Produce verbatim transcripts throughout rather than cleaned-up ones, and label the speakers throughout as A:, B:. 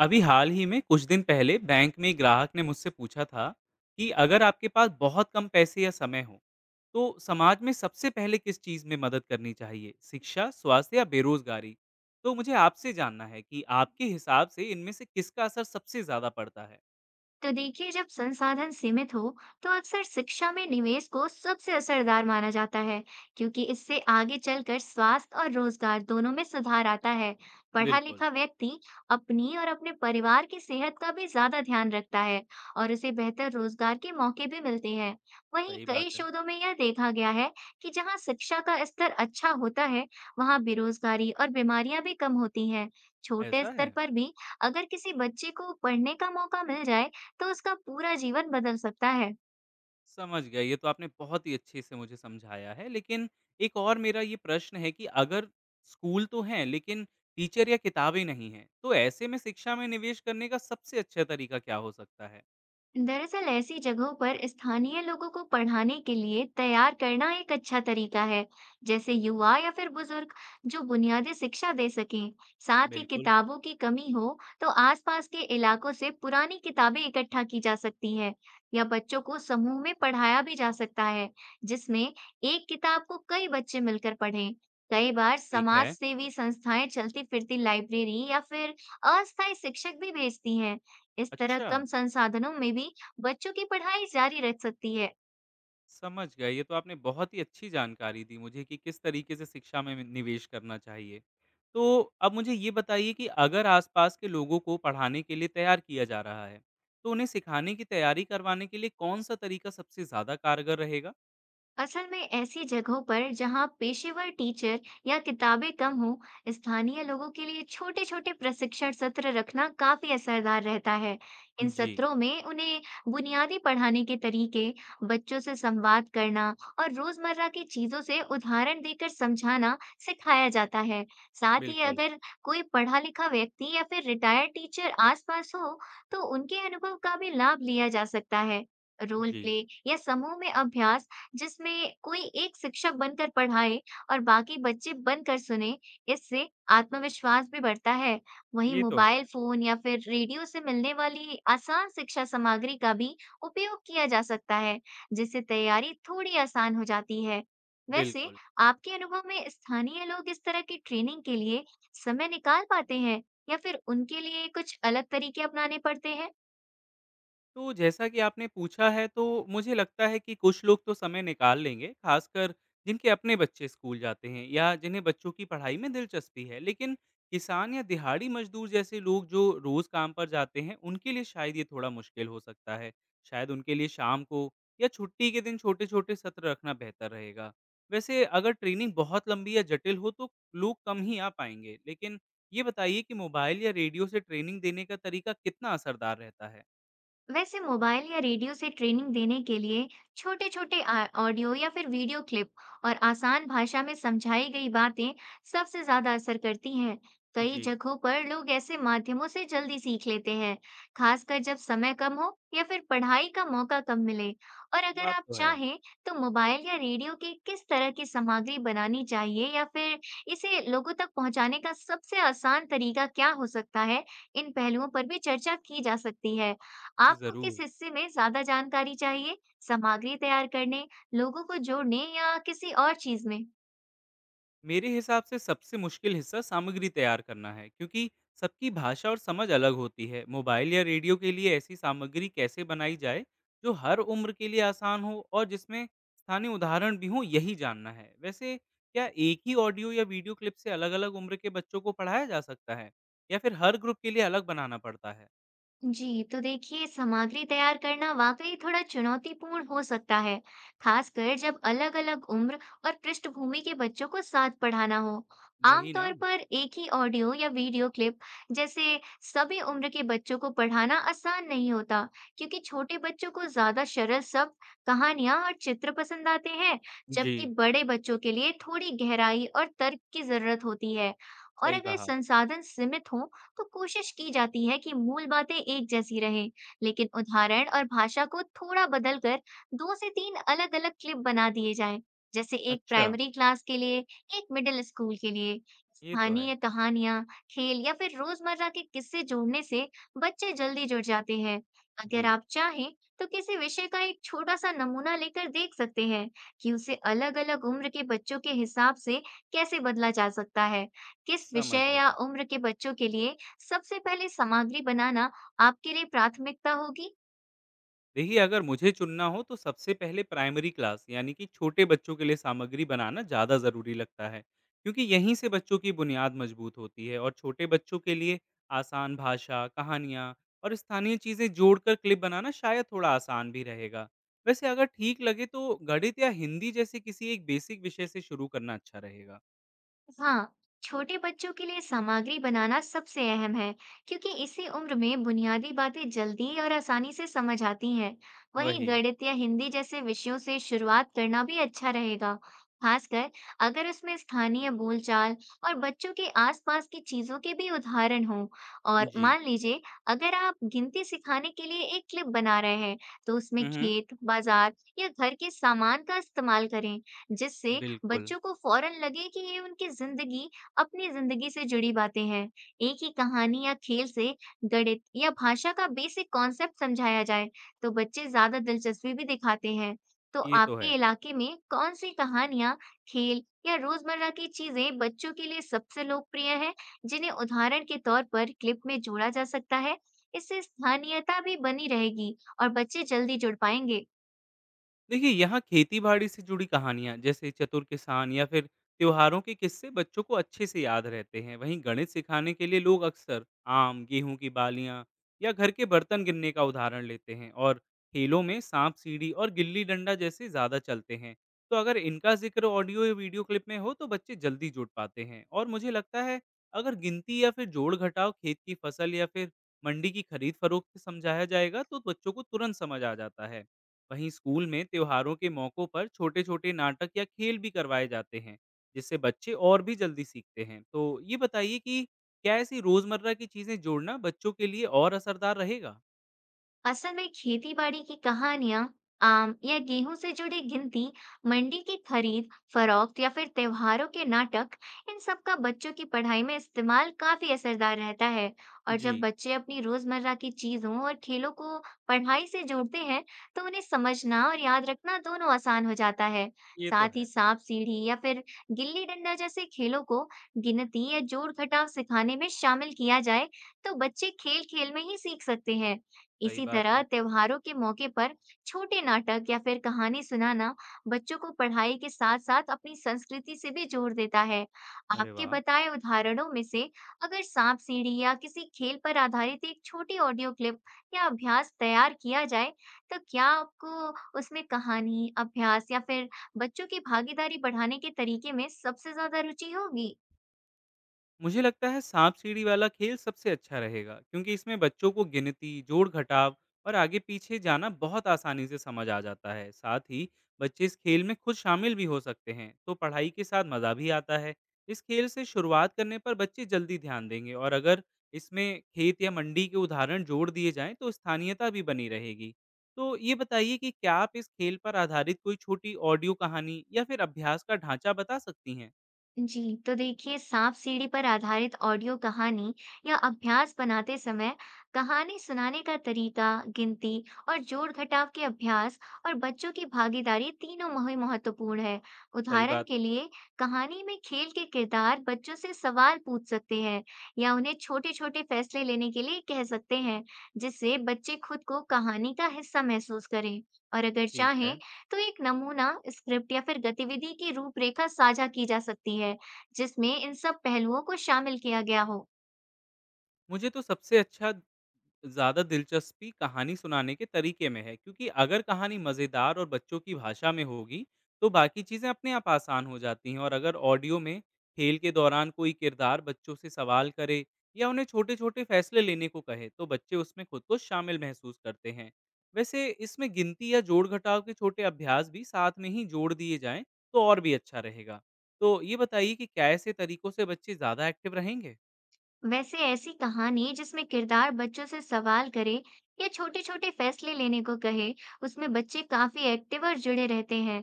A: अभी हाल ही में कुछ दिन पहले बैंक में एक ग्राहक ने मुझसे पूछा था कि अगर आपके पास बहुत कम पैसे या समय हो, तो समाज में सबसे पहले किस चीज़ में मदद करनी चाहिए, शिक्षा, स्वास्थ्य या बेरोजगारी। तो मुझे आपसे जानना है कि आपके हिसाब से इनमें से किसका असर सबसे ज़्यादा पड़ता है।
B: तो देखिए जब संसाधन सीमित हो तो अक्सर शिक्षा में निवेश को सबसे असरदार माना जाता है क्योंकि इससे आगे चलकर स्वास्थ्य और रोजगार दोनों में सुधार आता है। पढ़ा
A: बिल्कुल।
B: लिखा व्यक्ति अपनी और अपने परिवार की सेहत का भी ज्यादा ध्यान रखता है और उसे बेहतर रोजगार के मौके भी मिलते हैं। वहीं
A: सही
B: कई
A: बात है।
B: शोधों में यह देखा गया है कि जहाँ शिक्षा का स्तर अच्छा होता है वहाँ बेरोजगारी और बीमारियां भी कम होती हैं। छोटे
A: ऐसा
B: स्तर
A: है।
B: पर भी अगर किसी बच्चे को पढ़ने का मौका मिल जाए तो उसका पूरा जीवन बदल सकता है।
A: समझ गया, ये तो आपने बहुत ही अच्छे से मुझे समझाया है। लेकिन एक और मेरा ये प्रश्न है कि अगर स्कूल तो हैं, लेकिन टीचर या किताबें नहीं हैं, तो ऐसे में शिक्षा में निवेश करने का सबसे अच्छा तरीका क्या हो सकता है?
B: दरअसल ऐसी जगहों पर स्थानीय लोगों को पढ़ाने के लिए तैयार करना एक अच्छा तरीका है, जैसे युवा या फिर बुजुर्ग जो बुनियादी शिक्षा दे सकें। साथ ही
A: बिल्कुल।
B: किताबों की कमी हो तो आसपास के इलाकों से पुरानी किताबें इकट्ठा की जा सकती है या बच्चों को समूह में पढ़ाया भी जा सकता है, जिसमें एक किताब को कई बच्चे मिलकर पढ़ें। कई बार
A: ठीक
B: समाज
A: है।
B: सेवी संस्थाएं चलती फिरती लाइब्रेरी या फिर अस्थायी शिक्षक भी भेजती हैं। इस तरह
A: अच्छा।
B: कम संसाधनों में भी बच्चों की पढ़ाई जारी रह सकती है।
A: समझ गए। ये तो आपने बहुत ही अच्छी जानकारी दी मुझे कि किस तरीके से शिक्षा में में निवेश करना चाहिए। तो अब मुझे ये बताइए कि अगर आस-पास के लोगों को पढ़ाने के लिए तैयार किया जा रहा है, तो उन्हें सिखाने की तैयारी करवाने के लिए कौन-सा तरीका सबसे ज़्यादा कारगर रहेगा?
B: असल में ऐसी जगहों पर जहाँ पेशेवर टीचर या किताबें कम हो, स्थानीय लोगों के लिए छोटे-छोटे प्रशिक्षण सत्र रखना काफी असरदार रहता है। इन
A: जी,
B: सत्रों में उन्हें बुनियादी पढ़ाने के तरीके, बच्चों से संवाद करना और रोजमर्रा की चीजों से उदाहरण देकर समझाना सिखाया जाता है। साथ ही
A: बिल्कुल।
B: अगर कोई पढ़ा लिखा व्यक्ति या फिर रिटायर्ड टीचर आसपास हो, तो उनके अनुभव का भी लाभ लिया जा सकता है। रोल
A: जी,
B: प्ले या समूह में अभ्यास जिसमें कोई एक शिक्षक बनकर पढ़ाए और बाकी बच्चे बनकर सुने, इससे आत्मविश्वास भी बढ़ता है। वहीं
A: ये तो
B: मोबाइल
A: है।
B: फ़ोन या फिर रेडियो से मिलने वाली आसान शिक्षा सामग्री का भी उपयोग किया जा सकता है, जिससे तैयारी थोड़ी आसान हो जाती है। वैसे
A: बिल्कुल।
B: आपके अनुभव में स्थानीय लोग इस तरह की ट्रेनिंग के लिए समय निकाल पाते हैं या फिर उनके लिए कुछ अलग तरीके अपनाने पड़ते हैं?
A: तो जैसा कि आपने पूछा है, तो मुझे लगता है कि कुछ लोग तो समय निकाल लेंगे, खासकर जिनके अपने बच्चे स्कूल जाते हैं या जिन्हें बच्चों की पढ़ाई में दिलचस्पी है। लेकिन किसान या दिहाड़ी मजदूर जैसे लोग जो रोज काम पर जाते हैं, उनके लिए शायद ये थोड़ा मुश्किल हो सकता है। शायद उनके लिए शाम को या छुट्टी के दिन छोटे-छोटे सत्र रखना बेहतर रहेगा। वैसे अगर ट्रेनिंग बहुत लंबी या जटिल हो तो लोग कम ही आ पाएंगे। लेकिन ये बताइए कि मोबाइल या रेडियो से ट्रेनिंग देने का तरीका कितना असरदार रहता है?
B: वैसे मोबाइल या रेडियो से ट्रेनिंग देने के लिए छोटे छोटे ऑडियो या फिर वीडियो क्लिप और आसान भाषा में समझाई गई बातें सबसे ज्यादा असर करती हैं। कई
A: जी।
B: जगहों पर लोग ऐसे माध्यमों से जल्दी सीख लेते हैं, खासकर जब समय कम हो या फिर पढ़ाई का मौका कम मिले। और अगर
A: बात
B: आप
A: तो है।
B: चाहें तो मोबाइल या रेडियो की किस तरह की सामग्री बनानी चाहिए या फिर इसे लोगों तक पहुंचाने का सबसे आसान तरीका क्या हो सकता है, इन पहलुओं पर भी चर्चा की जा सकती है।
A: जी,
B: आपको
A: ज़रूर।
B: किस हिस्से में ज़्यादा जानकारी चाहिए? सामग्री तैयार करने, लोगों को जोड़ने या किसी और चीज़ में?
A: मेरे हिसाब से सबसे मुश्किल हिस्सा सामग्री तैयार करना है, क्योंकि सबकी भाषा और समझ अलग होती है। मोबाइल या रेडियो के लिए ऐसी सामग्री कैसे बनाई जाए, जो हर उम्र के लिए आसान हो और जिसमें स्थानीय उदाहरण भी हों, यही जानना है। वैसे, क्या एक ही ऑडियो या वीडियो क्लिप से अलग-अलग उम्र के बच्चों को पढ़ाया जा सकता है, या फिर हर ग्रुप के लिए अलग बनाना पड़ता है?
B: जी, तो देखिए सामग्री तैयार करना वाकई थोड़ा चुनौतीपूर्ण हो सकता है, खासकर जब अलग-अलग उम्र और पृष्ठभूमि के बच्चों को साथ पढ़ाना हो।
A: वही ना।
B: आमतौर पर एक ही ऑडियो या वीडियो क्लिप जैसे सभी उम्र के बच्चों को पढ़ाना आसान नहीं होता, क्योंकि छोटे बच्चों को ज्यादा सरल शब्द, कहानियां और चित्र पसंद आते हैं,
A: जी,
B: जबकि बड़े बच्चों के लिए थोड़ी गहराई और तर्क की जरूरत होती है। और
A: सही
B: अगर
A: कहा।
B: संसाधन सीमित हो तो कोशिश की जाती है कि मूल बातें एक जैसी रहें, लेकिन उदाहरण और भाषा को थोड़ा बदल कर दो से तीन अलग-अलग क्लिप बना दिए जाएं, जैसे एक
A: अच्छा,
B: प्राइमरी क्लास के लिए, एक मिडिल स्कूल के लिए।
A: ये तो है।
B: स्थानीय कहानियां, खेल या फिर रोजमर्रा के किस्से जोड़ने से बच्चे जल्दी जुड़ जाते हैं। अगर
A: जी,
B: आप चाहें तो किसी विषय का एक छोटा सा नमूना लेकर देख सकते हैं कि उसे अलग-अलग उम्र के बच्चों के हिसाब से कैसे बदला जा सकता है। किस
A: समझ
B: विषय या
A: गया।
B: उम्र के बच्चों के लिए सबसे पहले सामग्री बनाना आपके लिए प्राथमिकता होगी?
A: देखिए अगर मुझे चुनना हो, तो सबसे पहले प्राइमरी क्लास यानी कि छोटे बच्चों के लिए सामग्री बनाना ज़्यादा ज़रूरी लगता है, क्योंकि यहीं से बच्चों की बुनियाद मजबूत होती है। और छोटे बच्चों के लिए आसान भाषा, कहानियाँ और स्थानीय चीज़ें जोड़कर क्लिप बनाना शायद थोड़ा आसान भी रहेगा। वैसे अगर ठीक लगे, तो गणित या हिंदी जैसे किसी एक बेसिक विषय से शुरू करना अच्छा रहेगा।
B: हाँ, छोटे बच्चों के लिए सामग्री बनाना सबसे अहम है क्योंकि इसी उम्र में बुनियादी बातें जल्दी और आसानी से समझ आती हैं। वहीं
A: वही।
B: गणित या हिंदी जैसे विषयों से शुरुआत करना भी अच्छा रहेगा, खासकर अगर उसमें स्थानीय बोलचाल और बच्चों के आसपास की चीजों के भी उदाहरण हों। और
A: जी।
B: मान लीजिए अगर आप गिनती सिखाने के लिए एक क्लिप बना रहे हैं तो उसमें
A: हम्म।
B: खेत बाजार या घर के सामान का इस्तेमाल करें, जिससे
A: बिल्कुल।
B: बच्चों को फ़ौरन लगे कि ये उनकी ज़िंदगी अपनी ज़िंदगी से जुड़ी बातें हैं। एक ही कहानी या खेल से गणित या भाषा का बेसिक कॉन्सेप्ट समझाया जाए, तो बच्चे ज़्यादा दिलचस्पी भी दिखाते हैं। तो
A: ये तो
B: आपके
A: है।
B: इलाके में कौन-सी कहानियाँ, खेल या रोज़मर्रा की चीज़ें बच्चों के लिए सबसे लोकप्रिय हैं, जिन्हें उदाहरण के तौर पर क्लिप में जोड़ा जा सकता है? इससे स्थानीयता भी बनी रहेगी और बच्चे जल्दी जुड़ पाएँगे।
A: देखिए, यहाँ खेती बाड़ी से जुड़ी कहानियाँ जैसे चतुर किसान या फिर त्योहारों के किस्से बच्चों को अच्छे से याद रहते हैं। वहीं गणित सिखाने के लिए लोग अक्सर आम, गेहूं की बालियाँ या घर के बर्तन गिनने का उदाहरण लेते हैं। और खेलों में सांप सीढ़ी और गिल्ली डंडा जैसे ज़्यादा चलते हैं। तो अगर इनका जिक्र ऑडियो या वीडियो क्लिप में हो, तो बच्चे जल्दी जुड़ पाते हैं। और मुझे लगता है अगर गिनती या फिर जोड़ घटाव खेत की फसल या फिर मंडी की खरीद फरोख्त समझाया जाएगा, तो बच्चों को तुरंत समझ आ जाता है। वहीं स्कूल में त्योहारों के मौक़ों पर छोटे-छोटे नाटक या खेल भी करवाए जाते हैं, जिससे बच्चे और भी जल्दी सीखते हैं। तो ये बताइए कि क्या ऐसी रोज़मर्रा की चीज़ें जोड़ना बच्चों के लिए और असरदार रहेगा?
B: असल में खेती-बाड़ी की कहानियां, आम या गेहूं से जुड़ी गिनती, मंडी की खरीद फरोख्त या फिर त्योहारों के नाटक, इन सब का बच्चों की पढ़ाई में इस्तेमाल काफी असरदार रहता है। और
A: जी,
B: जब बच्चे अपनी रोजमर्रा की चीजों और खेलों को पढ़ाई से जोड़ते हैं तो उन्हें समझना और याद रखना दोनों आसान हो जाता है।
A: ये तो
B: साथ ही
A: है।
B: सांप सीढ़ी या फिर गिल्ली डंडा जैसे खेलों को गिनती या जोड़ घटाव सिखाने में शामिल किया जाए तो बच्चे खेल खेल में ही सीख सकते हैं।
A: सही
B: इसी
A: बात
B: तरह
A: है।
B: त्योहारों के मौके पर छोटे नाटक या फिर कहानी सुनाना बच्चों को पढ़ाई के साथ साथ अपनी संस्कृति से भी जोड़ देता है।
A: अरे
B: आपके
A: वाह!
B: बताए उदाहरणों में से अगर सांप सीढ़ी या किसी खेल पर आधारित एक छोटी ऑडियो क्लिप या अभ्यास तैयार किया जाए, तो क्या आपको उसमें कहानी, अभ्यास या फिर बच्चों की भागीदारी बढ़ाने के तरीके में सबसे ज्यादा रुचि होगी?
A: मुझे लगता है सांप सीढ़ी वाला खेल सबसे अच्छा रहेगा, क्योंकि इसमें बच्चों को गिनती, जोड़ घटाव और आगे पीछे जाना बहुत आसानी से समझ आ जाता है। साथ ही बच्चे इस खेल में खुद शामिल भी हो सकते हैं, तो पढ़ाई के साथ मज़ा भी आता है। इस खेल से शुरुआत करने पर बच्चे जल्दी ध्यान देंगे। और अगर इसमें खेत या मंडी के उदाहरण जोड़ दिए जाएं, तो स्थानीयता भी बनी रहेगी। तो ये बताइए कि क्या आप इस खेल पर आधारित कोई छोटी ऑडियो कहानी या फिर अभ्यास का ढांचा बता सकती हैं?
B: जी, तो देखिए सांप सीढ़ी पर आधारित ऑडियो कहानी या अभ्यास बनाते समय कहानी सुनाने का तरीका, गिनती और जोड़ घटाव के अभ्यास, और बच्चों की भागीदारी तीनों मही महत्वपूर्ण है।
A: सही
B: उदाहरण
A: बात
B: के
A: है।
B: लिए कहानी में खेल के किरदार बच्चों से सवाल पूछ सकते हैं या उन्हें छोटे छोटे फैसले लेने के लिए कह सकते हैं, जिससे बच्चे खुद को कहानी का हिस्सा महसूस करें। और अगर
A: ठीक है।
B: चाहें तो एक नमूना स्क्रिप्ट या फिर गतिविधि की रूपरेखा साझा की जा सकती है, जिसमें इन सब पहलुओं को शामिल किया गया हो।
A: मुझे तो सबसे अच्छा, ज़्यादा दिलचस्पी कहानी सुनाने के तरीके में है, क्योंकि अगर कहानी मज़ेदार और बच्चों की भाषा में होगी, तो बाकी चीज़ें अपने आप आसान हो जाती हैं। और अगर ऑडियो में खेल के दौरान कोई किरदार बच्चों से सवाल करे या उन्हें छोटे छोटे फैसले लेने को कहे, तो बच्चे उसमें खुद को शामिल महसूस करते हैं। वैसे इसमें गिनती या जोड़ घटाव के छोटे अभ्यास भी साथ में ही जोड़ दिए जाएं, तो और भी अच्छा रहेगा। तो ये बताइए कि क्या ऐसे तरीकों से बच्चे ज़्यादा एक्टिव रहेंगे?
B: वैसे ऐसी कहानी जिसमें किरदार बच्चों से सवाल करे या छोटे छोटे फैसले लेने को कहे, उसमें बच्चे काफी एक्टिव और जुड़े रहते हैं।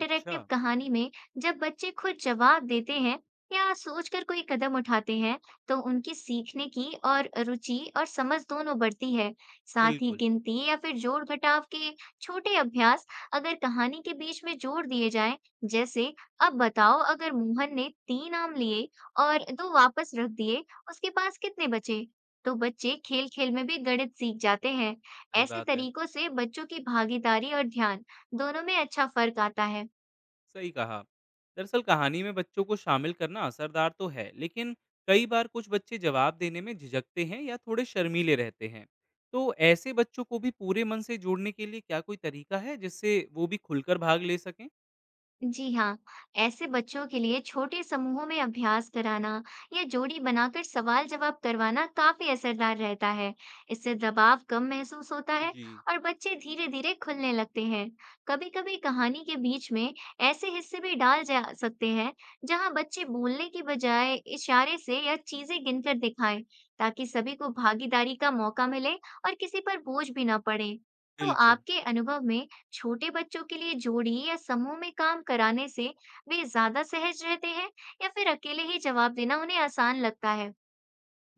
A: अच्छा।
B: कहानी में जब बच्चे खुद जवाब देते हैं या सोचकर कोई कदम उठाते हैं, तो उनकी सीखने की और रुचि और समझ दोनों बढ़ती है। साथ ही
A: बिल्कुल।
B: गिनती या फिर जोड़ घटाव के छोटे अभ्यास अगर कहानी के बीच में जोड़ दिए जाएं, जैसे अब बताओ अगर मोहन ने तीन आम लिए और दो वापस रख दिए, उसके पास कितने बचे? तो बच्चे खेल खेल में भी गणित सीख जाते हैं।
A: सही
B: ऐसे
A: बात है।
B: तरीकों से बच्चों की भागीदारी और ध्यान दोनों में अच्छा फर्क आता है।
A: सही कहा। दरअसल कहानी में बच्चों को शामिल करना असरदार तो है, लेकिन कई बार कुछ बच्चे जवाब देने में झिझकते हैं या थोड़े शर्मीले रहते हैं। तो ऐसे बच्चों को भी पूरे मन से जोड़ने के लिए क्या कोई तरीका है जिससे वो भी खुलकर भाग ले सकें?
B: जी हाँ, ऐसे बच्चों के लिए छोटे समूहों में अभ्यास कराना या जोड़ी बनाकर सवाल जवाब करवाना काफी असरदार रहता है। इससे दबाव कम महसूस होता है
A: जी,
B: और बच्चे धीरे धीरे खुलने लगते हैं। कभी कभी कहानी के बीच में ऐसे हिस्से भी डाल जा सकते हैं जहाँ बच्चे बोलने की बजाय इशारे से या चीजें गिनकर दिखाएं, ताकि सभी को भागीदारी का मौका मिले और किसी पर बोझ भी ना पड़े। तो
A: बिल्कुल।
B: आपके अनुभव में छोटे बच्चों के लिए जोड़ी या समूह में काम कराने से वे ज्यादा सहज रहते हैं या फिर अकेले ही जवाब देना उन्हें आसान लगता है?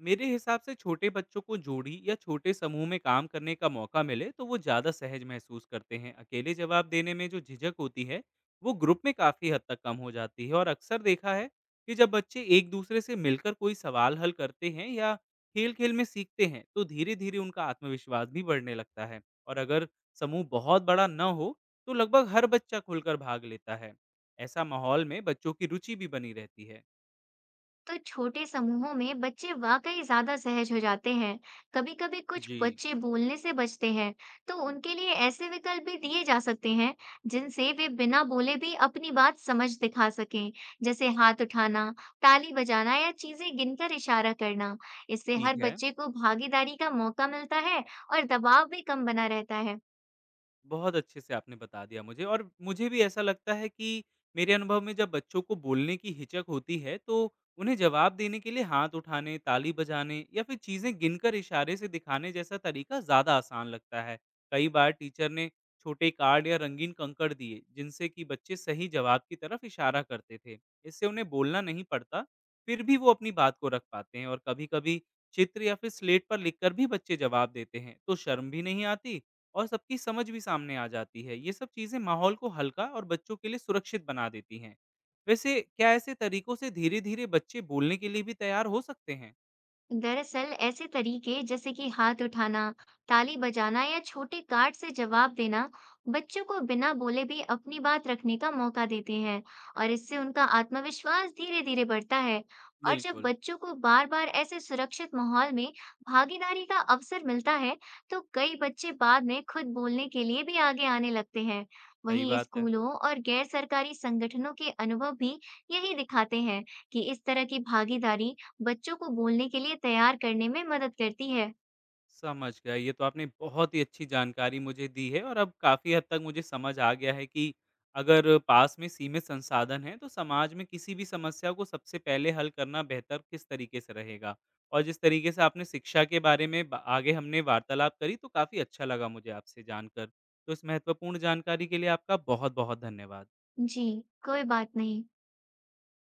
A: मेरे हिसाब से छोटे बच्चों को जोड़ी या छोटे समूह में काम करने का मौका मिले, तो वो ज़्यादा सहज महसूस करते हैं। अकेले जवाब देने में जो झिझक होती है, वो ग्रुप में काफ़ी हद तक कम हो जाती है। और अक्सर देखा है कि जब बच्चे एक दूसरे से मिलकर कोई सवाल हल करते हैं या खेल खेल में सीखते हैं, तो धीरे धीरे उनका आत्मविश्वास भी बढ़ने लगता है। और अगर समूह बहुत बड़ा न हो, तो लगभग हर बच्चा खुलकर भाग लेता है। ऐसा माहौल में बच्चों की रुचि भी बनी रहती है।
B: तो छोटे समूहों में बच्चे वाकई ज्यादा सहज हो जाते हैं। कभी-कभी कुछ
A: जी।
B: बच्चे बोलने से बचते हैं, तो उनके लिए ऐसे विकल्प भी दिए जा सकते हैं, जिनसे वे बिना बोले भी अपनी बात समझ दिखा सकें, जैसे हाथ उठाना, ताली बजाना या चीजें गिनकर इशारा करना। इससे
A: ठीक
B: हर
A: है।
B: बच्चे को भागीदारी का मौका मिलता है और दबाव भी कम बना रहता है।
A: बहुत अच्छे से आपने बता दिया मुझे। और मुझे भी ऐसा लगता है कि मेरे अनुभव में जब बच्चों को बोलने की हिचक होती है, तो उन्हें जवाब देने के लिए हाथ उठाने, ताली बजाने या फिर चीज़ें गिनकर इशारे से दिखाने जैसा तरीका ज़्यादा आसान लगता है। कई बार टीचर ने छोटे कार्ड या रंगीन कंकड़ दिए, जिनसे कि बच्चे सही जवाब की तरफ इशारा करते थे। इससे उन्हें बोलना नहीं पड़ता, फिर भी वो अपनी बात को रख पाते हैं। और कभी-कभी चित्र या फिर स्लेट पर लिखकर भी बच्चे जवाब देते हैं, तो शर्म भी नहीं आती और सबकी समझ भी सामने आ जाती है। ये सब चीज़ें माहौल को हल्का और बच्चों के लिए सुरक्षित बना देती हैं। वैसे क्या ऐसे तरीकों से धीरे-धीरे बच्चे बोलने के लिए भी तैयार हो सकते हैं?
B: दरअसल ऐसे तरीके जैसे कि हाथ उठाना, ताली बजाना या छोटे कार्ड से जवाब देना बच्चों को बिना बोले भी अपनी बात रखने का मौका देते हैं और इससे उनका आत्मविश्वास धीरे धीरे बढ़ता है। और जब
A: बिल्कुल,
B: बच्चों को बार बार ऐसे सुरक्षित माहौल में भागीदारी का अवसर मिलता है तो कई बच्चे बाद में खुद बोलने के लिए भी आगे आने लगते हैं।
A: सही
B: वहीं
A: बात है।
B: स्कूलों और गैर सरकारी संगठनों के अनुभव भी यही दिखाते हैं कि इस तरह की भागीदारी बच्चों को बोलने के लिए तैयार करने में मदद करती है।
A: समझ गया। ये तो आपने बहुत ही अच्छी जानकारी मुझे दी है। और अब काफ़ी हद तक मुझे समझ आ गया है कि अगर पास में सीमित संसाधन हैं, तो समाज में किसी भी समस्या को सबसे पहले हल करना बेहतर किस तरीके से रहेगा। और जिस तरीके से आपने शिक्षा के बारे में ब आगे हमने वार्तालाप करी, तो काफ़ी अच्छा लगा मुझे आपसे जानकर। तो इस महत्वपूर्ण जानकारी के लिए आपका बहुत-बहुत धन्यवाद।
B: जी, कोई बात नहीं।